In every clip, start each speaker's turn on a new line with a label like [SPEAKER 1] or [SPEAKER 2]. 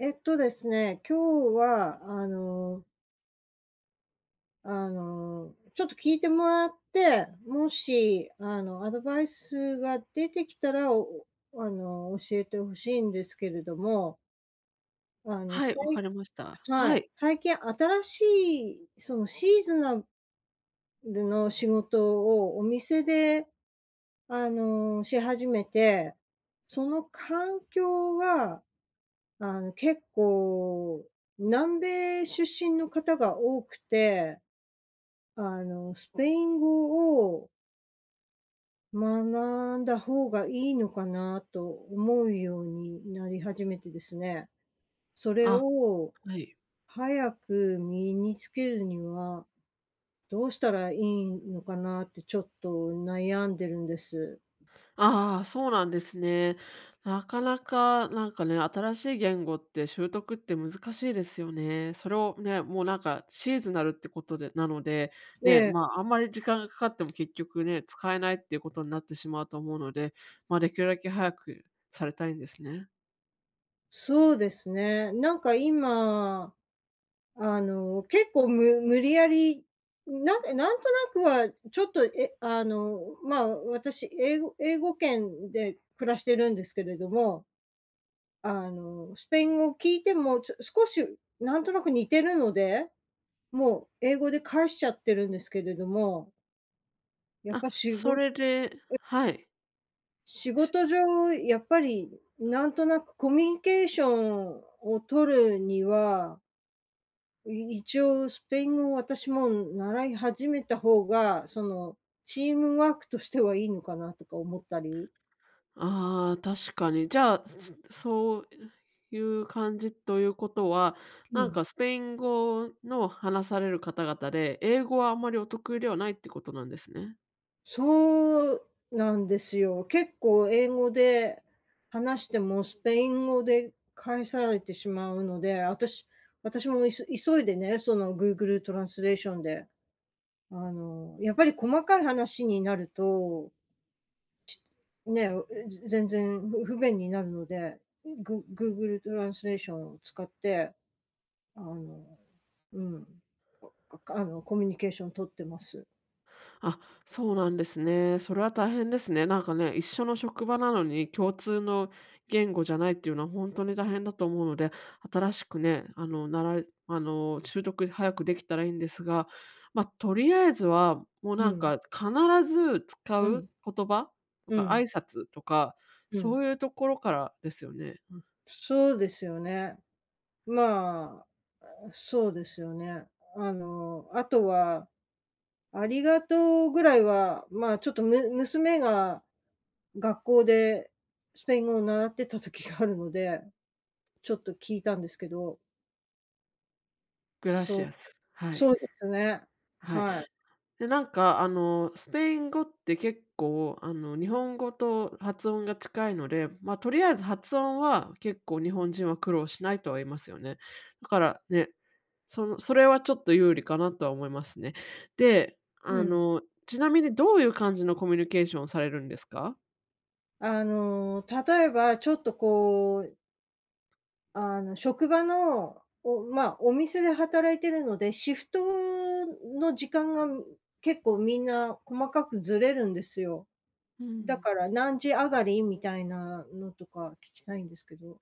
[SPEAKER 1] えっとですね、今日は、ちょっと聞いてもらって、もし、アドバイスが出てきたら、おあの、教えて欲しいんですけれども、あの、
[SPEAKER 2] はい、
[SPEAKER 1] さ
[SPEAKER 2] わか
[SPEAKER 1] い
[SPEAKER 2] りました。
[SPEAKER 1] は
[SPEAKER 2] は
[SPEAKER 1] い、
[SPEAKER 2] い。
[SPEAKER 1] 最近新しい、シーズナルの仕事をお店で、し始めて、その環境が結構、南米出身の方が多くて、スペイン語を学んだ方がいいのかなと思うようになり始めてですね。それ
[SPEAKER 2] あ、
[SPEAKER 1] を
[SPEAKER 2] はい。
[SPEAKER 1] 早く身につけるにはどうしたらいいのかなってちょっと悩んでるんです。
[SPEAKER 2] ああ、そうなんですね。なかなか、なんかね、新しい言語って習得って難しいですよね。それをね、もうなんかシーズナルってことでなので、ね、
[SPEAKER 1] ええ、
[SPEAKER 2] まあ、あんまり時間がかかっても結局ね、使えないっていうことになってしまうと思うので、まあ、できるだけ早くされたいんですね。
[SPEAKER 1] そうですね。なんか今結構無理やり、なんかなんとなくはちょっと、え、あの、まあ、私英語圏で暮らしてるんですけれども、スペイン語を聞いても、少しなんとなく似てるので、もう英語で返しちゃってるんですけれども、やっ
[SPEAKER 2] あ、
[SPEAKER 1] ぱし
[SPEAKER 2] そ
[SPEAKER 1] ご
[SPEAKER 2] れではい。
[SPEAKER 1] 仕事上、やっぱりなんとなくコミュニケーションを取るには一応スペイン語を私も習い始めた方が、チームワークとしてはいいのかなとか思ったり。
[SPEAKER 2] ああ、確かに。じゃあ、そういう感じということは、
[SPEAKER 1] う
[SPEAKER 2] なん
[SPEAKER 1] ん。
[SPEAKER 2] かスペイン語の話される方々で、英語はあんまりお得意ではないってことなんですね。
[SPEAKER 1] そうなんですよ。結構英語で話してもスペイン語で返されてしまうので、あたし私も急いでね、その Google トランスレーションで、やっぱり細かい話になると、ね、全然不便になるので、Google トランスレーションを使ってあの、うん、あかあの、コミュニケーション取ってます。
[SPEAKER 2] あ、そうなんですね。それは大変ですね。なんかね、一緒の職場なのに共通の言語じゃないっていうのは本当に大変だと思うので、新しくね、あの、習得早くできたらいいんですが、まあ、とりあえずは、もう
[SPEAKER 1] う
[SPEAKER 2] なん
[SPEAKER 1] ん、
[SPEAKER 2] か必ず使
[SPEAKER 1] うん、
[SPEAKER 2] う言葉と
[SPEAKER 1] う
[SPEAKER 2] か挨
[SPEAKER 1] ん、
[SPEAKER 2] 拶とか、
[SPEAKER 1] うん。
[SPEAKER 2] そういうところからですよね。うん、
[SPEAKER 1] そうですよね。まあ、そうですよね。あとは、ありがとうぐらいは、まあ、ちょっと、娘が学校でスペイン語を習ってた時があるので、ちょっと聞いたんですけど、
[SPEAKER 2] グラ
[SPEAKER 1] そ
[SPEAKER 2] シ
[SPEAKER 1] う、
[SPEAKER 2] アス。はい、
[SPEAKER 1] そうですね。
[SPEAKER 2] はい。
[SPEAKER 1] はい。
[SPEAKER 2] で、なんかあの、スペイン語って結構あの、日本語と発音が近いので、まあ、とりあえず発音は結構日本人は苦労しないとは言いますよね。だからね、それはちょっと有利かなとは思いますね。で、
[SPEAKER 1] う
[SPEAKER 2] あ
[SPEAKER 1] ん。
[SPEAKER 2] の、ちなみにどういう感じのコミュニケーションをされるんですか？
[SPEAKER 1] 例えばちょっとこう職場の、まあ、お店で働いてるので、シフトの時間が結構みんな細かくずれるんですよ。
[SPEAKER 2] う
[SPEAKER 1] だ
[SPEAKER 2] ん。
[SPEAKER 1] から何時上がりみたいなのとか聞きたいんですけど。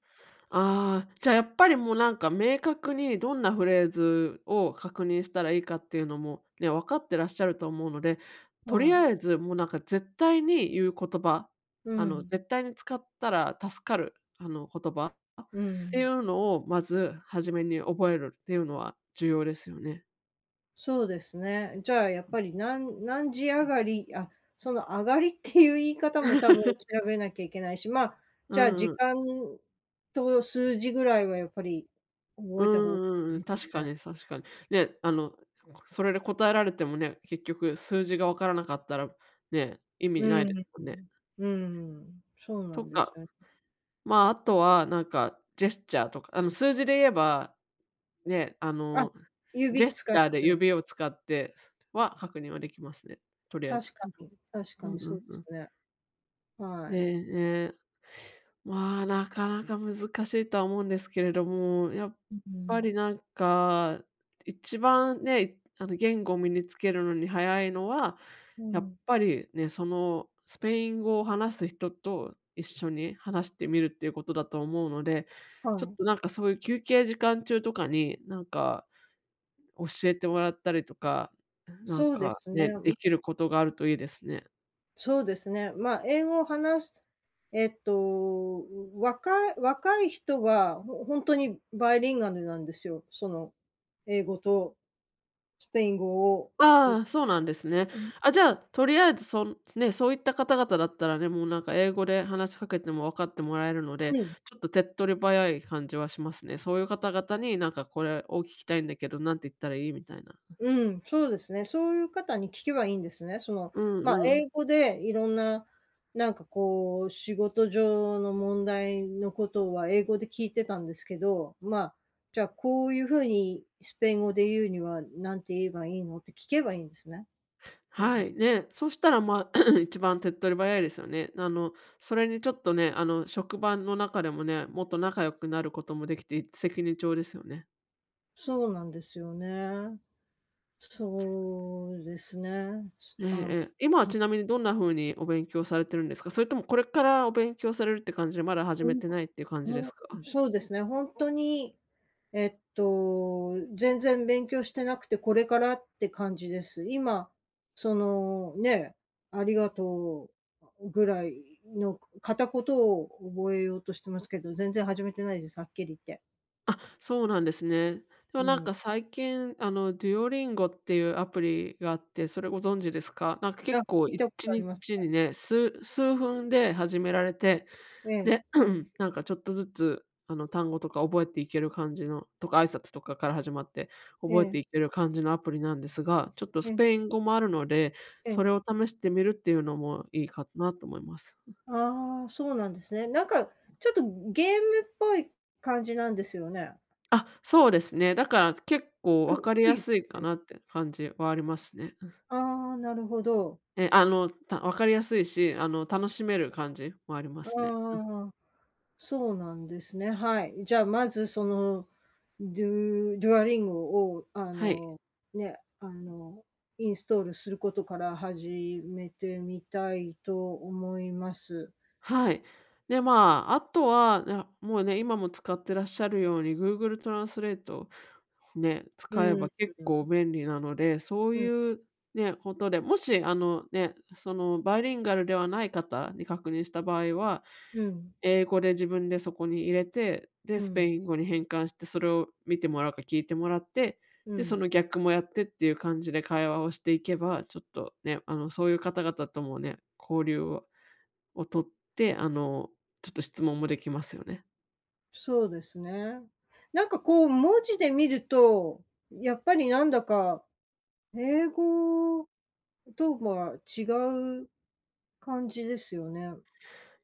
[SPEAKER 2] ああ、じゃあやっぱりもうなんか明確にどんなフレーズを確認したらいいかっていうのもね、分かってらっしゃると思うので、とり
[SPEAKER 1] はい。
[SPEAKER 2] あえずもうなんか絶対に言う言葉、
[SPEAKER 1] う
[SPEAKER 2] あの
[SPEAKER 1] ん。
[SPEAKER 2] 絶対に使ったら助かる、あの言葉っ
[SPEAKER 1] う
[SPEAKER 2] てい
[SPEAKER 1] ん。
[SPEAKER 2] うのをまず初めに覚えるっていうのは重要ですよね。
[SPEAKER 1] そうですね。じゃあやっぱり何時上がり、あ、その上がりっていう言い方も多分 調べなきゃいけないし、まあ、
[SPEAKER 2] う
[SPEAKER 1] じゃあ時
[SPEAKER 2] んうん。
[SPEAKER 1] 間と数字ぐらいはやっぱり覚
[SPEAKER 2] う
[SPEAKER 1] えた方がいい
[SPEAKER 2] んうん、
[SPEAKER 1] です
[SPEAKER 2] 確
[SPEAKER 1] よ
[SPEAKER 2] か
[SPEAKER 1] ね。
[SPEAKER 2] に確かに。ね、あの、それで答えられてもね、結局数字が分からなかったらね、意味
[SPEAKER 1] う
[SPEAKER 2] ないで
[SPEAKER 1] ん、
[SPEAKER 2] すも
[SPEAKER 1] う
[SPEAKER 2] んね。
[SPEAKER 1] ん。そうな
[SPEAKER 2] と
[SPEAKER 1] んです
[SPEAKER 2] か、
[SPEAKER 1] よね。
[SPEAKER 2] まあ、あとはなんかジェスチャーとか、あの、数字で言えば、ね、あ
[SPEAKER 1] あ、
[SPEAKER 2] の、ジ
[SPEAKER 1] 指
[SPEAKER 2] ェス
[SPEAKER 1] 使
[SPEAKER 2] チ
[SPEAKER 1] い
[SPEAKER 2] ャー
[SPEAKER 1] ま
[SPEAKER 2] で
[SPEAKER 1] すよね。
[SPEAKER 2] 指を使っては確認はできますね、とりあえず。
[SPEAKER 1] 確かに、確か
[SPEAKER 2] うん
[SPEAKER 1] に
[SPEAKER 2] う
[SPEAKER 1] そう
[SPEAKER 2] ん
[SPEAKER 1] で
[SPEAKER 2] う
[SPEAKER 1] す
[SPEAKER 2] ん。
[SPEAKER 1] ね。はい。
[SPEAKER 2] で、ね、まあ、なかなか難しいとは思うんですけれども、やっ
[SPEAKER 1] う
[SPEAKER 2] ぱ
[SPEAKER 1] ん、
[SPEAKER 2] りなんか、一番ね、あの、言語を身につけるのに早いのは、
[SPEAKER 1] う
[SPEAKER 2] やっ
[SPEAKER 1] ん、
[SPEAKER 2] ぱりね、その、スペイン語を話す人と一緒に話してみるっていうことだと思うので、
[SPEAKER 1] は
[SPEAKER 2] ちょっ
[SPEAKER 1] い。
[SPEAKER 2] となんかそういう休憩時間中とかに、なんか教えてもらったりとか、なん
[SPEAKER 1] そうで
[SPEAKER 2] か
[SPEAKER 1] すね、
[SPEAKER 2] ね、できることがあるといいですね。
[SPEAKER 1] そうですね。まあ、英語を話すえっと、若い人は、本当にバイリンガルなんですよ。その、英語とスペイン語を、う
[SPEAKER 2] ああ、そうなんですね。
[SPEAKER 1] う
[SPEAKER 2] あ、じゃあ、とりあえずね、そういった方々だったらね、もうなんか英語で話しかけても分かってもらえるので、
[SPEAKER 1] ん
[SPEAKER 2] ちょっと手っ取り早い感じはしますね。そういう方々になんかこれを聞きたいんだけど、なんて言ったらいいみたいな。
[SPEAKER 1] うん、そうですね。そういう方に聞けばいいんですね。
[SPEAKER 2] うん
[SPEAKER 1] まあ、
[SPEAKER 2] う
[SPEAKER 1] 英
[SPEAKER 2] ん。
[SPEAKER 1] 語でいろんな、なんかこう、仕事上の問題のことは英語で聞いてたんですけど、まあ、じゃあ、こういうふうにスペイン語で言うにはなんて言えばいいのって聞けばいいんですね。そう
[SPEAKER 2] は
[SPEAKER 1] です。
[SPEAKER 2] い、ね、そしたら、まあ、一番手っ取り早いですよね。あの、それにちょっとね、あの、職場の中でもね、もっと仲良くなることもできて、一石二鳥ですよね。
[SPEAKER 1] そうなんですよね。そうですね。
[SPEAKER 2] ええ
[SPEAKER 1] あ、
[SPEAKER 2] ええ。今は
[SPEAKER 1] は
[SPEAKER 2] ちなみにどんな風にお勉強されてるんですか？それともこれからお勉強されるって感じで、まだ始めてないっていう感じで
[SPEAKER 1] ほん
[SPEAKER 2] すか？
[SPEAKER 1] そうですね、ほんとに、全然勉強してなくて、これからって感じです。今、ね、ありがとうぐらいの片言を覚えようとしてますけど、全然始めてないです、はっきり言って。
[SPEAKER 2] あ、そうなんですね。でも
[SPEAKER 1] う
[SPEAKER 2] なん
[SPEAKER 1] ん。
[SPEAKER 2] か最近、あの、Duolingo っていうアプリがあって、それご存知ですか？なんか
[SPEAKER 1] あ、
[SPEAKER 2] 結構
[SPEAKER 1] 聞いた
[SPEAKER 2] 1
[SPEAKER 1] こ
[SPEAKER 2] 日
[SPEAKER 1] とあり
[SPEAKER 2] に
[SPEAKER 1] ます。
[SPEAKER 2] ちにね、数分で始められて、
[SPEAKER 1] ええ、
[SPEAKER 2] で、なんかちょっとずつ、あの、単語とか覚えていける感じのとか、挨拶とかから始まって、
[SPEAKER 1] え
[SPEAKER 2] 覚えて
[SPEAKER 1] え、
[SPEAKER 2] いける感じのアプリなんですが、ちょっと
[SPEAKER 1] え
[SPEAKER 2] ス
[SPEAKER 1] え、
[SPEAKER 2] ペイン語もあるので、
[SPEAKER 1] え
[SPEAKER 2] それ
[SPEAKER 1] え。
[SPEAKER 2] を試してみるっていうのもいいかなと思います。
[SPEAKER 1] ああ、そうなんですね。なんか、ちょっとゲームっぽい感じなんですよね。
[SPEAKER 2] あ、そうですね。だから結構分
[SPEAKER 1] ク
[SPEAKER 2] かり
[SPEAKER 1] ク
[SPEAKER 2] や
[SPEAKER 1] イズ
[SPEAKER 2] すいかなって感じはありますね。
[SPEAKER 1] ああ、なるほど。
[SPEAKER 2] え、あの、分かりやすいし、あの、楽しめる感じもありま
[SPEAKER 1] あ
[SPEAKER 2] すね。
[SPEAKER 1] あああそうなんですね。はい。じゃあ、まずデュアリンゴを、
[SPEAKER 2] はい。
[SPEAKER 1] ね、インストールすることから始めてみたいと思います。
[SPEAKER 2] はい。で、まあ、あとは、もうね、今も使ってらっしゃるように、Google トランスレートね、
[SPEAKER 1] う
[SPEAKER 2] 使え
[SPEAKER 1] ん。
[SPEAKER 2] ば結構便利なので、そう
[SPEAKER 1] うん。
[SPEAKER 2] いうね、ことで、もしあのね、そのバイリンガルではない方に確認した場合は、
[SPEAKER 1] うん。
[SPEAKER 2] 英語で自分でそこに入れて、で、
[SPEAKER 1] う
[SPEAKER 2] スペ
[SPEAKER 1] ん。
[SPEAKER 2] イン語に変換して、それを見てもらうか聞いてもらって、
[SPEAKER 1] う
[SPEAKER 2] で、そ
[SPEAKER 1] ん。
[SPEAKER 2] の逆もやってっていう感じで会話をしていけば、ちょっとね、あの、そういう方々ともね、交流をとって、あの、ちょっと質問もできますよね。
[SPEAKER 1] そうですね。なんかこう、文字で見ると、やっぱりなんだか、英語とは違う感じですよね。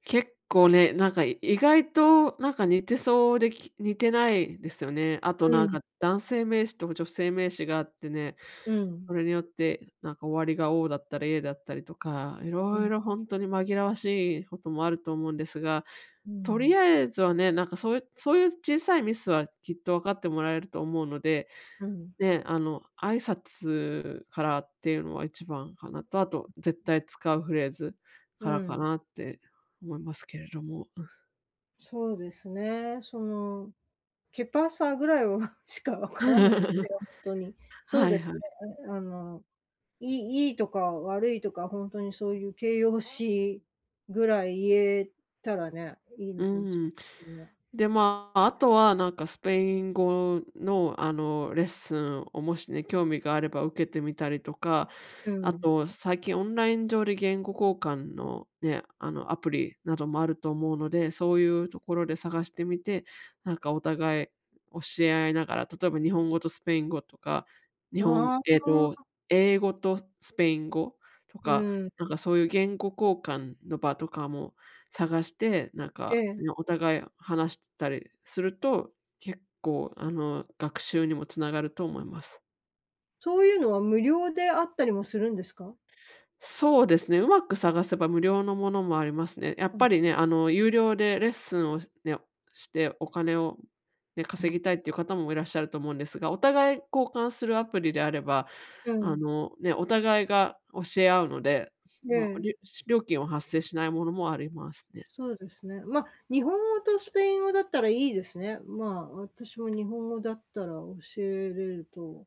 [SPEAKER 2] 結構ね、なんか意外となんか似てそうで、似てないですよね。あと
[SPEAKER 1] う
[SPEAKER 2] なん
[SPEAKER 1] ん。
[SPEAKER 2] か男性名詞と女性名詞があってね、
[SPEAKER 1] う
[SPEAKER 2] そ
[SPEAKER 1] ん。
[SPEAKER 2] れによってなんか終わりが O だったり A だったりとか、い
[SPEAKER 1] う
[SPEAKER 2] ろい
[SPEAKER 1] ん。
[SPEAKER 2] ろ本当に紛らわしいこともあると思うんですが、
[SPEAKER 1] う
[SPEAKER 2] と
[SPEAKER 1] ん。
[SPEAKER 2] りあえずはね、なんかそういう小さいミスはきっと分かってもらえると思うので、
[SPEAKER 1] うん。
[SPEAKER 2] ね、あの、挨拶からっていうのは一番かなと、あと絶対使うフレーズか
[SPEAKER 1] う
[SPEAKER 2] らか
[SPEAKER 1] ん。
[SPEAKER 2] なって思いますけれども。
[SPEAKER 1] そうですね。ケパーサーぐらいは しかわからなく
[SPEAKER 2] う
[SPEAKER 1] て、
[SPEAKER 2] ん
[SPEAKER 1] 本当に。そう
[SPEAKER 2] はい
[SPEAKER 1] です
[SPEAKER 2] は
[SPEAKER 1] ね。
[SPEAKER 2] い。
[SPEAKER 1] ああの、いいとか悪いとか、本当にそういう形容詞ぐらい言えたらね、いい
[SPEAKER 2] う
[SPEAKER 1] のかもし
[SPEAKER 2] ん。
[SPEAKER 1] れないですね。
[SPEAKER 2] で、まあ、あとはなんかスペイン語の、あの、レッスンをもしね、興味があれば受けてみたりとか、
[SPEAKER 1] う
[SPEAKER 2] あ
[SPEAKER 1] ん。
[SPEAKER 2] と最近オンライン上で言語交換のね、あの、アプリなどもあると思うので、そういうところで探してみて、なんかお互い教え合いながら、例えば日本語とスペイン語とか、日本
[SPEAKER 1] あ
[SPEAKER 2] えっ
[SPEAKER 1] あ、
[SPEAKER 2] と、英語とスペイン語と
[SPEAKER 1] う
[SPEAKER 2] か、
[SPEAKER 1] ん。
[SPEAKER 2] なんかそういう言語交換の場とかも探して、なん
[SPEAKER 1] え
[SPEAKER 2] か、
[SPEAKER 1] え。
[SPEAKER 2] ね、お互い話したりすると、結構、あの、学習にもつながると思います。
[SPEAKER 1] そういうのは無料であったりもするんですか？
[SPEAKER 2] そうですね、うまく探せば無料のものもありますね。やっ
[SPEAKER 1] うん。
[SPEAKER 2] ぱりね、あの、有料でレッスンをね、してお金をね、稼ぎたいっていう方もいらっしゃると思うんですが、お互い交換するアプリであれば、
[SPEAKER 1] う
[SPEAKER 2] あ
[SPEAKER 1] ん。
[SPEAKER 2] の、ね、お互いが教え合うので、
[SPEAKER 1] え
[SPEAKER 2] まあ、
[SPEAKER 1] え。
[SPEAKER 2] 料金は発生しないものもありますね。
[SPEAKER 1] そうですね。まあ、日本語とスペイン語だったらいいですね。まあ、私も日本語だったら教えれると、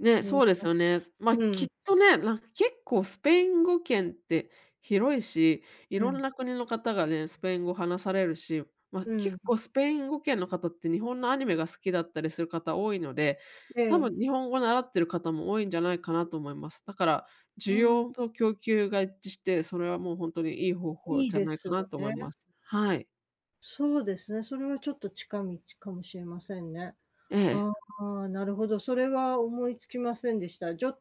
[SPEAKER 2] ね、
[SPEAKER 1] うん、
[SPEAKER 2] そうですよね。まあ、
[SPEAKER 1] う
[SPEAKER 2] き
[SPEAKER 1] ん、
[SPEAKER 2] っとね、なんか結構スペイン語圏って広いし、い
[SPEAKER 1] う
[SPEAKER 2] ろん
[SPEAKER 1] ん、
[SPEAKER 2] な国の方がね、スペイン語話されるし、まあ、
[SPEAKER 1] う
[SPEAKER 2] 結
[SPEAKER 1] ん、
[SPEAKER 2] 構スペイン語圏の方って日本のアニメが好きだったりする方多いので、
[SPEAKER 1] え
[SPEAKER 2] 多
[SPEAKER 1] え、
[SPEAKER 2] 分日本語習ってる方も多いんじゃないかなと思います。だから、
[SPEAKER 1] う
[SPEAKER 2] 需
[SPEAKER 1] ん、
[SPEAKER 2] 要と供給が一致して、それはもう本当にいい方法
[SPEAKER 1] いい
[SPEAKER 2] じゃ
[SPEAKER 1] で
[SPEAKER 2] ない
[SPEAKER 1] す
[SPEAKER 2] かなと思い
[SPEAKER 1] ね。
[SPEAKER 2] ます。はい。
[SPEAKER 1] そうですね、それはちょっと近道かもしれませんね。
[SPEAKER 2] ええ。
[SPEAKER 1] ああ、なるほど、それは思いつきませんでした。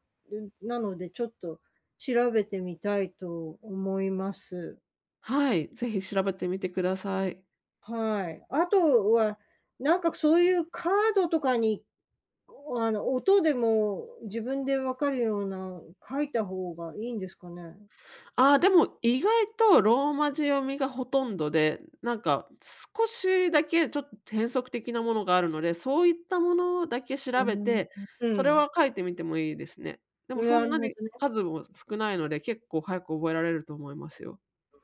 [SPEAKER 1] なのでちょっと調べてみたいと思います。
[SPEAKER 2] はい、ぜひ調べてみてください。
[SPEAKER 1] はい。あとは、なんかそういうカードとかに音でも自分で分かるような書いた方がいいんですかね？
[SPEAKER 2] ああ、でも意外とローマ字読みがほとんどで、なんか少しだけちょっと変則的なものがあるので、そういったものだけ
[SPEAKER 1] う
[SPEAKER 2] 調
[SPEAKER 1] ー
[SPEAKER 2] べ
[SPEAKER 1] ん。
[SPEAKER 2] て、
[SPEAKER 1] う
[SPEAKER 2] それ
[SPEAKER 1] ん、
[SPEAKER 2] は書いてみてもいいですね。でもそ
[SPEAKER 1] な
[SPEAKER 2] ん
[SPEAKER 1] る
[SPEAKER 2] な
[SPEAKER 1] ほ
[SPEAKER 2] に
[SPEAKER 1] どね。
[SPEAKER 2] 数も少ないので、結構早く覚えられると思いますよ。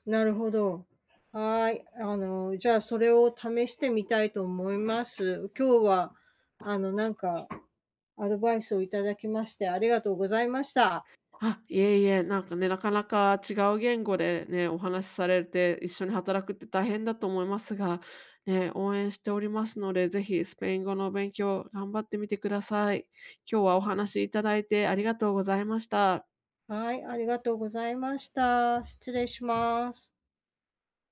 [SPEAKER 1] なるほど。はい。じゃあ、それを試してみたいと思います。今日は、あの、なんか、アドバイスをいただきましてありがとうございました。
[SPEAKER 2] あ、いえいえ、なんかね、なかなか違う言語でね、お話しされて、一緒に働くって大変だと思いますが、ね、応援しておりますので、ぜひスペイン語の勉強頑張ってみてください。今日はお話しいただいてありがとうございました。
[SPEAKER 1] はい、ありがとうございました。失礼します。